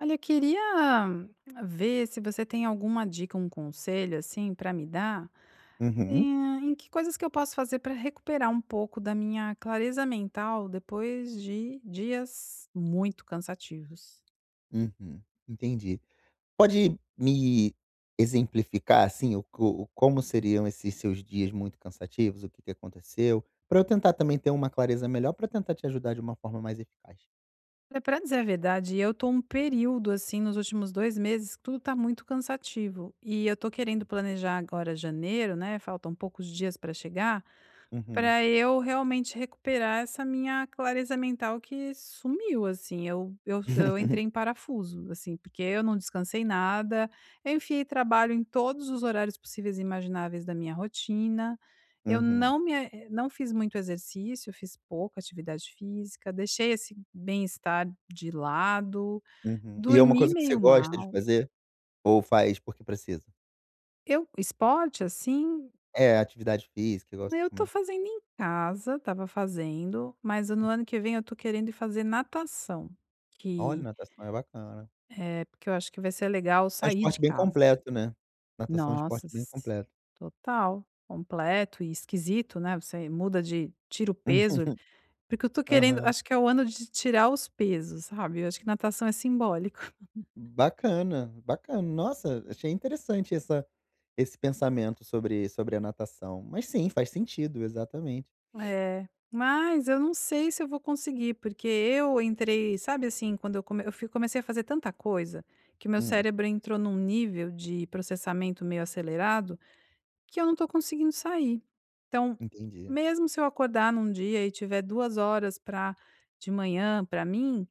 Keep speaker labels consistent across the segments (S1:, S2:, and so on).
S1: Olha, eu queria ver se você tem alguma dica, um conselho assim para me dar,
S2: Uhum,
S1: em que coisas que eu posso fazer para recuperar um pouco da minha clareza mental depois de dias muito cansativos.
S2: uhum, entendi. Pode me exemplificar, assim, como seriam esses seus dias muito cansativos, o que que aconteceu? Para eu tentar também ter uma clareza melhor, para tentar te ajudar de uma forma mais eficaz.
S1: Olha, para dizer a verdade, eu tô um período assim nos últimos 2 meses que tudo tá muito cansativo e eu tô querendo planejar agora janeiro, né? Faltam poucos dias para chegar,
S2: Uhum.
S1: para eu realmente recuperar essa minha clareza mental que sumiu, assim. Eu entrei em parafuso, assim, porque eu não descansei nada, eu enfiei trabalho em todos os horários possíveis e imagináveis da minha rotina, eu
S2: Uhum,
S1: não me eh, não fiz muito exercício, fiz pouca atividade física, deixei esse bem-estar de lado,
S2: uhum. E é uma
S1: dormi
S2: coisa que você
S1: meio
S2: gosta de
S1: mal.
S2: fazer? Ou faz porque precisa?
S1: Eu esporte, assim,
S2: É, atividade física, igual você
S1: eu tô
S2: comentou.
S1: fazendo em casa, estava fazendo, mas no ano que vem eu tô querendo ir fazer natação,
S2: Olha,
S1: que
S2: natação é bacana.
S1: é porque eu acho que vai ser legal
S2: É um
S1: sair de
S2: esporte bem
S1: casa.
S2: completo, né. Natação é um esporte
S1: Nossa,
S2: bem completo.
S1: total, completo e esquisito, né? Você muda de tira o peso, porque eu tô querendo,
S2: Aham.
S1: acho que é o ano de tirar os pesos, sabe? Eu acho que natação é simbólico.
S2: Bacana, bacana. Nossa, achei interessante essa esse pensamento sobre a natação. Mas sim, faz sentido, exatamente.
S1: É, mas eu não sei se eu vou conseguir, porque eu entrei, sabe assim, quando eu comecei a fazer tanta coisa que meu
S2: Hum,
S1: cérebro entrou num nível de processamento meio acelerado que eu não tô conseguindo sair. Então,
S2: Entendi.
S1: mesmo se eu acordar num dia e tiver 2 horas pra, de manhã pra mim,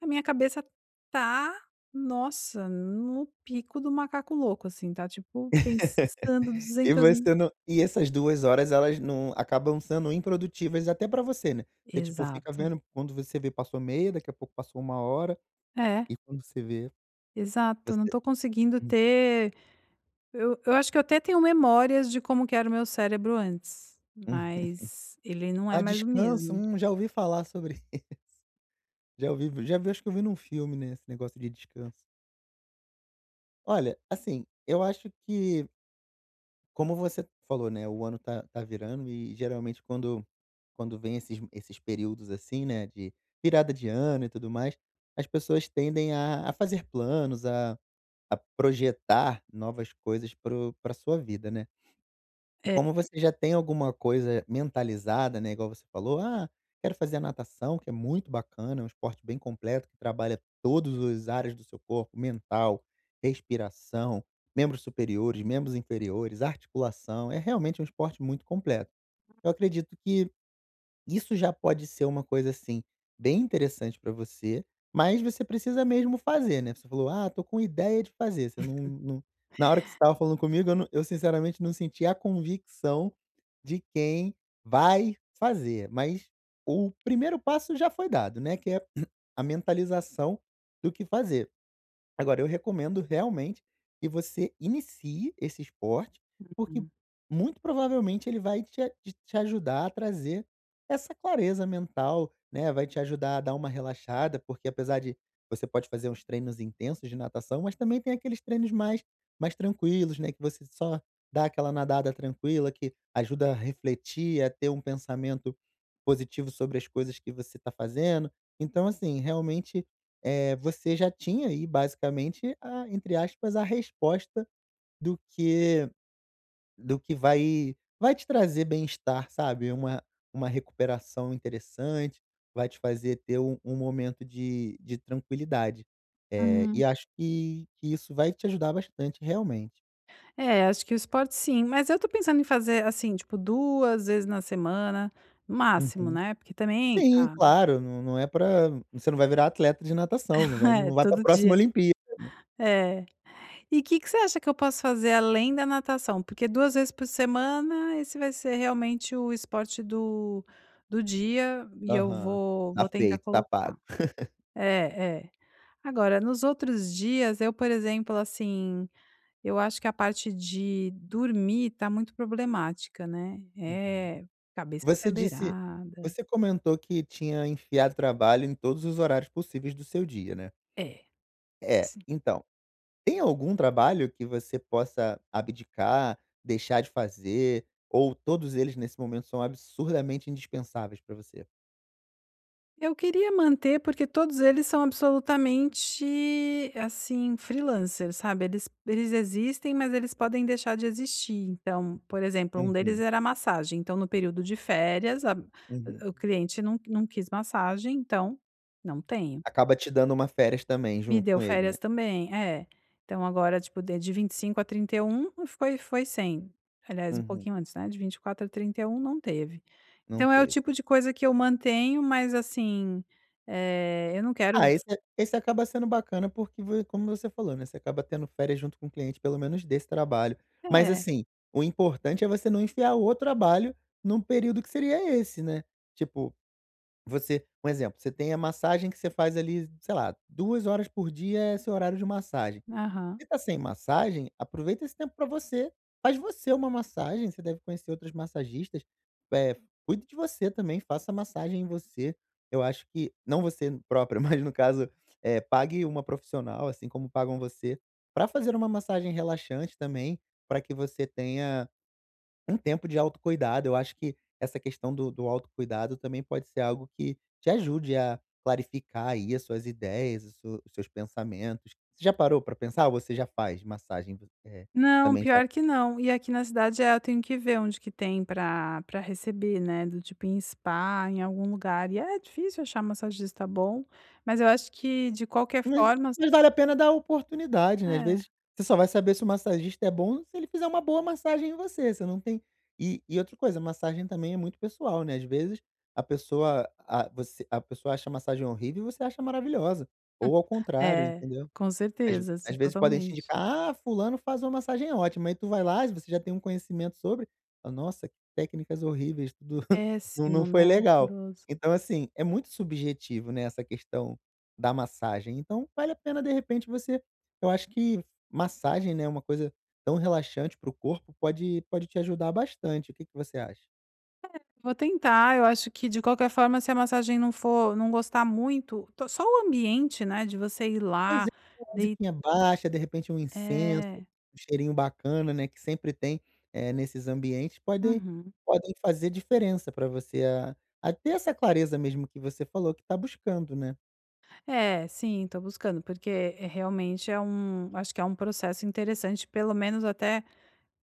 S1: a minha cabeça tá, nossa, no pico do macaco louco, assim, tá tipo pensando
S2: E
S1: duzentas mil.
S2: você não e essas duas horas elas não acabam sendo improdutivas até pra você, né. Você, tipo, fica
S1: Exato.
S2: vendo quando você vê passou meia, daqui a pouco passou uma hora,
S1: É.
S2: e quando você vê,
S1: Exato,
S2: você
S1: não tô conseguindo
S2: hum,
S1: ter. Eu acho que eu até tenho memórias de como que era o meu cérebro antes,
S2: uhum.
S1: mas ele não é
S2: Ah,
S1: mais o
S2: descanso,
S1: mesmo.
S2: já ouvi falar sobre já vi, acho que eu vi num filme, né, esse negócio de descanso. Olha, assim, eu acho que, como você falou, né, o ano tá virando e geralmente quando vem esses períodos, assim, né, de virada de ano e tudo mais, as pessoas tendem a fazer planos, a projetar novas coisas para o sua vida, né. E
S1: É.
S2: como você já tem alguma coisa mentalizada, né, igual você falou: "Ah, quero fazer a natação", que é muito bacana, é um esporte bem completo que trabalha todas as áreas do seu corpo, mental, respiração, membros superiores, membros inferiores, articulação, é realmente um esporte muito completo. Eu acredito que isso já pode ser uma coisa, assim, bem interessante para você, mas você precisa mesmo fazer, né. Você falou: "Ah, tô com ideia de fazer", você não não na hora que você estava falando comigo, eu sinceramente não senti a convicção de quem vai fazer, mas o primeiro passo já foi dado, né, que é a mentalização do que fazer. Agora eu recomendo realmente que você inicie esse esporte, porque muito provavelmente ele vai te ajudar a trazer essa clareza mental, né, vai te ajudar a dar uma relaxada, porque apesar de você pode fazer uns treinos intensos de natação, mas também tem aqueles treinos mais tranquilos, né, que você só dá aquela nadada tranquila, que ajuda a refletir, a ter um pensamento positivo sobre as coisas que você está fazendo. Então assim, realmente você já tinha aí basicamente a entre aspas, a resposta do que do que vai te trazer bem-estar, sabe, uma recuperação interessante, vai te fazer ter um momento de tranquilidade. E
S1: Hum.
S2: acho que isso vai te ajudar bastante realmente.
S1: É, acho que o esporte sim, mas eu tô pensando em fazer, assim, tipo, 2 vezes na semana, no máximo,
S2: Uhum.
S1: né, porque também
S2: Sim,
S1: ah,
S2: claro, não não é para você não vai virar atleta de natação, não vai
S1: é,
S2: não vai para a
S1: todo
S2: próxima
S1: dia.
S2: Olimpíada.
S1: É. E o que que você acha que eu posso fazer além da natação? Porque 2 vezes por semana, esse vai ser realmente o esporte do do dia e eu
S2: Aham.
S1: vou
S2: Tá
S1: vou tentar
S2: feito, tá
S1: colocar.
S2: pago.
S1: É, é. Agora, nos outros dias, eu, por exemplo, assim, eu acho que a parte de dormir tá muito problemática, né.
S2: Uhum.
S1: É, cabeça
S2: Você disse
S1: acelerada.
S2: Você comentou que tinha enfiado trabalho em todos os horários possíveis do seu dia, né.
S1: É,
S2: É,
S1: sim.
S2: então, tem algum trabalho que você possa abdicar, deixar de fazer, ou todos eles nesse momento são absurdamente indispensáveis pra você?
S1: Eu queria manter, porque todos eles são absolutamente, assim, freelancers, sabe. Eles existem, mas eles podem deixar de existir. Então, por exemplo, um deles
S2: Uhum,
S1: era a massagem, então no período de férias, a
S2: uhum.
S1: o cliente não não quis massagem, então não tenho.
S2: Acaba te dando uma férias também
S1: Me
S2: junto
S1: deu
S2: com ele, né.
S1: férias também, é. Então agora, tipo, de 25 a 31 foi sem. Aliás, um
S2: Uhum,
S1: pouquinho antes, né, de 24 a 31 não teve.
S2: não
S1: Então é o
S2: teve.
S1: tipo de coisa que eu mantenho, mas assim, eh, eu não
S2: Ah,
S1: quero
S2: esse acaba sendo bacana, porque vo como você falou, né, você acaba tendo férias junto com o cliente, pelo menos desse trabalho. Mas
S1: é,
S2: assim, o importante é você não enfiar o trabalho num período que seria esse, né. Tipo, você um exemplo, você tem a massagem que você faz ali, sei lá, 2 horas por dia é seu horário de massagem.
S1: aham.
S2: Se tá sem massagem, aproveita esse tempo pra você. Faz você uma massagem, você deve conhecer outros massagistas. Eh, Cuide de você também, faça massagem em você. Eu acho que não você própria, mas no caso, pague uma profissional, assim como pagam você, pra fazer uma massagem relaxante também, pra que você tenha um tempo de autocuidado. Eu acho que essa questão do autocuidado também pode ser algo que te ajude a clarificar aí as suas ideias, os seus pensamentos. Você já parou para pensar ou você já faz massagem, eh,
S1: Não,
S2: também já
S1: pior que não. E aqui na cidade, eh, eu tenho que ver onde que tem pra receber, né, do tipo em spa, em algum lugar. E é difícil achar massagista bom, mas eu acho que de qualquer
S2: mas
S1: forma
S2: mas vale a pena dar a oportunidade, né, às
S1: é.
S2: vezes você só vai saber se o massagista é bom se ele fizer uma boa massagem em você, você não tem e outra coisa, massagem também é muito pessoal, né, às vezes a pessoa acha a massagem horrível e você acha maravilhosa, ou ao contrário,
S1: É,
S2: entendeu?
S1: com
S2: Às
S1: certeza,
S2: às vezes podem te
S1: totalmente.
S2: indicar: "Ah, fulano faz uma massagem ótima", aí tu vai lá, se você já tem um conhecimento sobre, fala: "Nossa, que técnicas horríveis, tudo não não
S1: Péssimo,
S2: foi
S1: né,
S2: legal".
S1: horroroso.
S2: Então, assim, é muito subjetivo, né, essa questão da massagem, então vale a pena, de repente, você eu acho que massagem, né, uma coisa tão relaxante para o corpo, pode te ajudar bastante. O que que você acha?
S1: Vou tentar, eu acho que de qualquer forma se a massagem não for, não gostar muito, to só o ambiente, né, de você ir
S2: Pois
S1: lá,
S2: é, uma
S1: dei
S2: musiquinha baixa, de repente um incenso,
S1: é,
S2: um cheirinho bacana, né, que sempre tem, nesses ambientes, podem
S1: uhum.
S2: podem fazer diferença para você a ter essa clareza mesmo que você falou que está buscando, né.
S1: É, sim, tô buscando, porque, eh, realmente é um acho que é um processo interessante, pelo menos até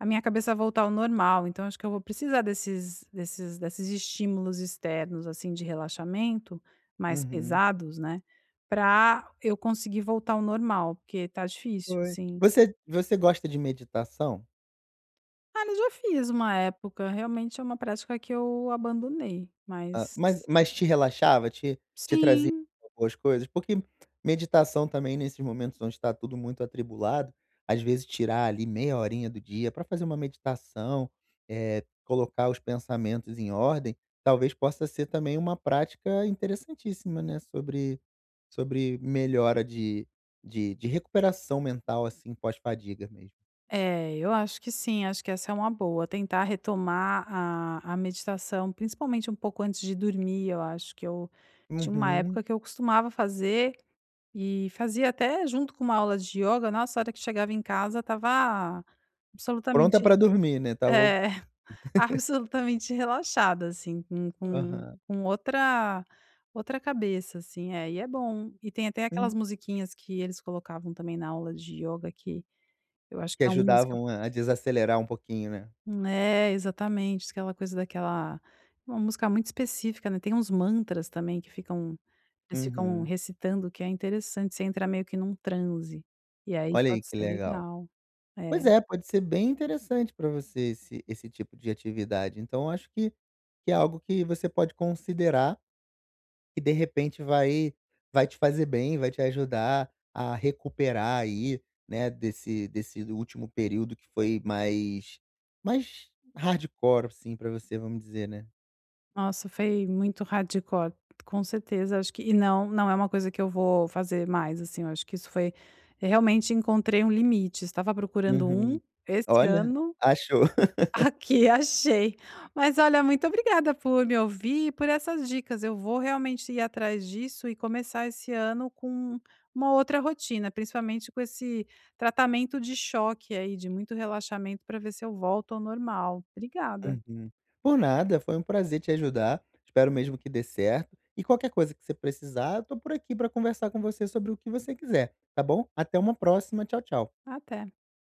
S1: a minha cabeça voltar ao normal, então acho que eu vou precisar desses estímulos externos, assim, de relaxamento, mais
S2: Uhum.
S1: pesados, né, pra eu conseguir voltar ao normal, porque tá difícil,
S2: Pois.
S1: sim.
S2: Você gosta de meditação?
S1: Ah, eu já fiz uma época, realmente é uma prática que eu abandonei,
S2: Ah, mas
S1: mas
S2: mas te relaxava? Te trazia
S1: sim,
S2: boas coisas? Porque meditação também nesses momentos onde está tudo muito atribulado, às vezes tirar ali meia horinha do dia para fazer uma meditação, colocar os pensamentos em ordem, talvez possa ser também uma prática interessantíssima, né, sobre melhora de recuperação mental, assim, pós-fadiga mesmo.
S1: é, eu acho que sim, acho que essa é uma boa, tentar retomar a meditação, principalmente um pouco antes de dormir. Eu acho que eu tinha uma
S2: Uhum.
S1: época que eu costumava fazer e fazia até junto com uma aula de yoga. Nossa, a hora que chegava em casa estava
S2: Pronta
S1: absolutamente
S2: para dormir, né? Tava.
S1: é, absolutamente relaxada, assim, com com
S2: Aham.
S1: com outra outra cabeça, assim. É, e é bom. E tem até aquelas
S2: Hum.
S1: musiquinhas que eles colocavam também na aula de yoga que eu acho
S2: Que
S1: que é umas que
S2: ajudavam a desacelerar um pouquinho, né?
S1: é, exatamente, aquela coisa daquela, uma música muito específica, né, tem uns mantras também que ficam, eles ficam
S2: Uhum.
S1: recitando, que é interessante, você entra meio que num transe, e aí
S2: Olha aí
S1: pode
S2: que
S1: ser
S2: legal.
S1: legal. É,
S2: Pois é, pode ser bem interessante para você esse tipo de atividade. Então eu acho que é algo que você pode considerar e de repente vai te fazer bem, vai te ajudar a recuperar aí, né, desse último período que foi mais hardcore assim para você, vamos dizer, né.
S1: nossa, foi muito hardcore, com certeza. Acho que e não, não é uma coisa que eu vou fazer mais, assim, eu acho que isso foi, eu realmente encontrei um limite, estava procurando um,
S2: Uhum.
S1: esse
S2: Olha,
S1: ano.
S2: achou.
S1: Aqui, achei. Mas olha, muito obrigada por me ouvir e por essas dicas. Eu vou realmente ir atrás disso e começar esse ano com uma outra rotina, principalmente com esse tratamento de choque aí, de muito relaxamento, para ver se eu volto ao normal. Obrigada.
S2: Uhum. Por nada, foi um prazer te ajudar. Espero mesmo que dê certo. E qualquer coisa que você precisar, eu tô por aqui para conversar com você sobre o que você quiser, tá bom? Até uma próxima. Tchau, tchau.
S1: Até.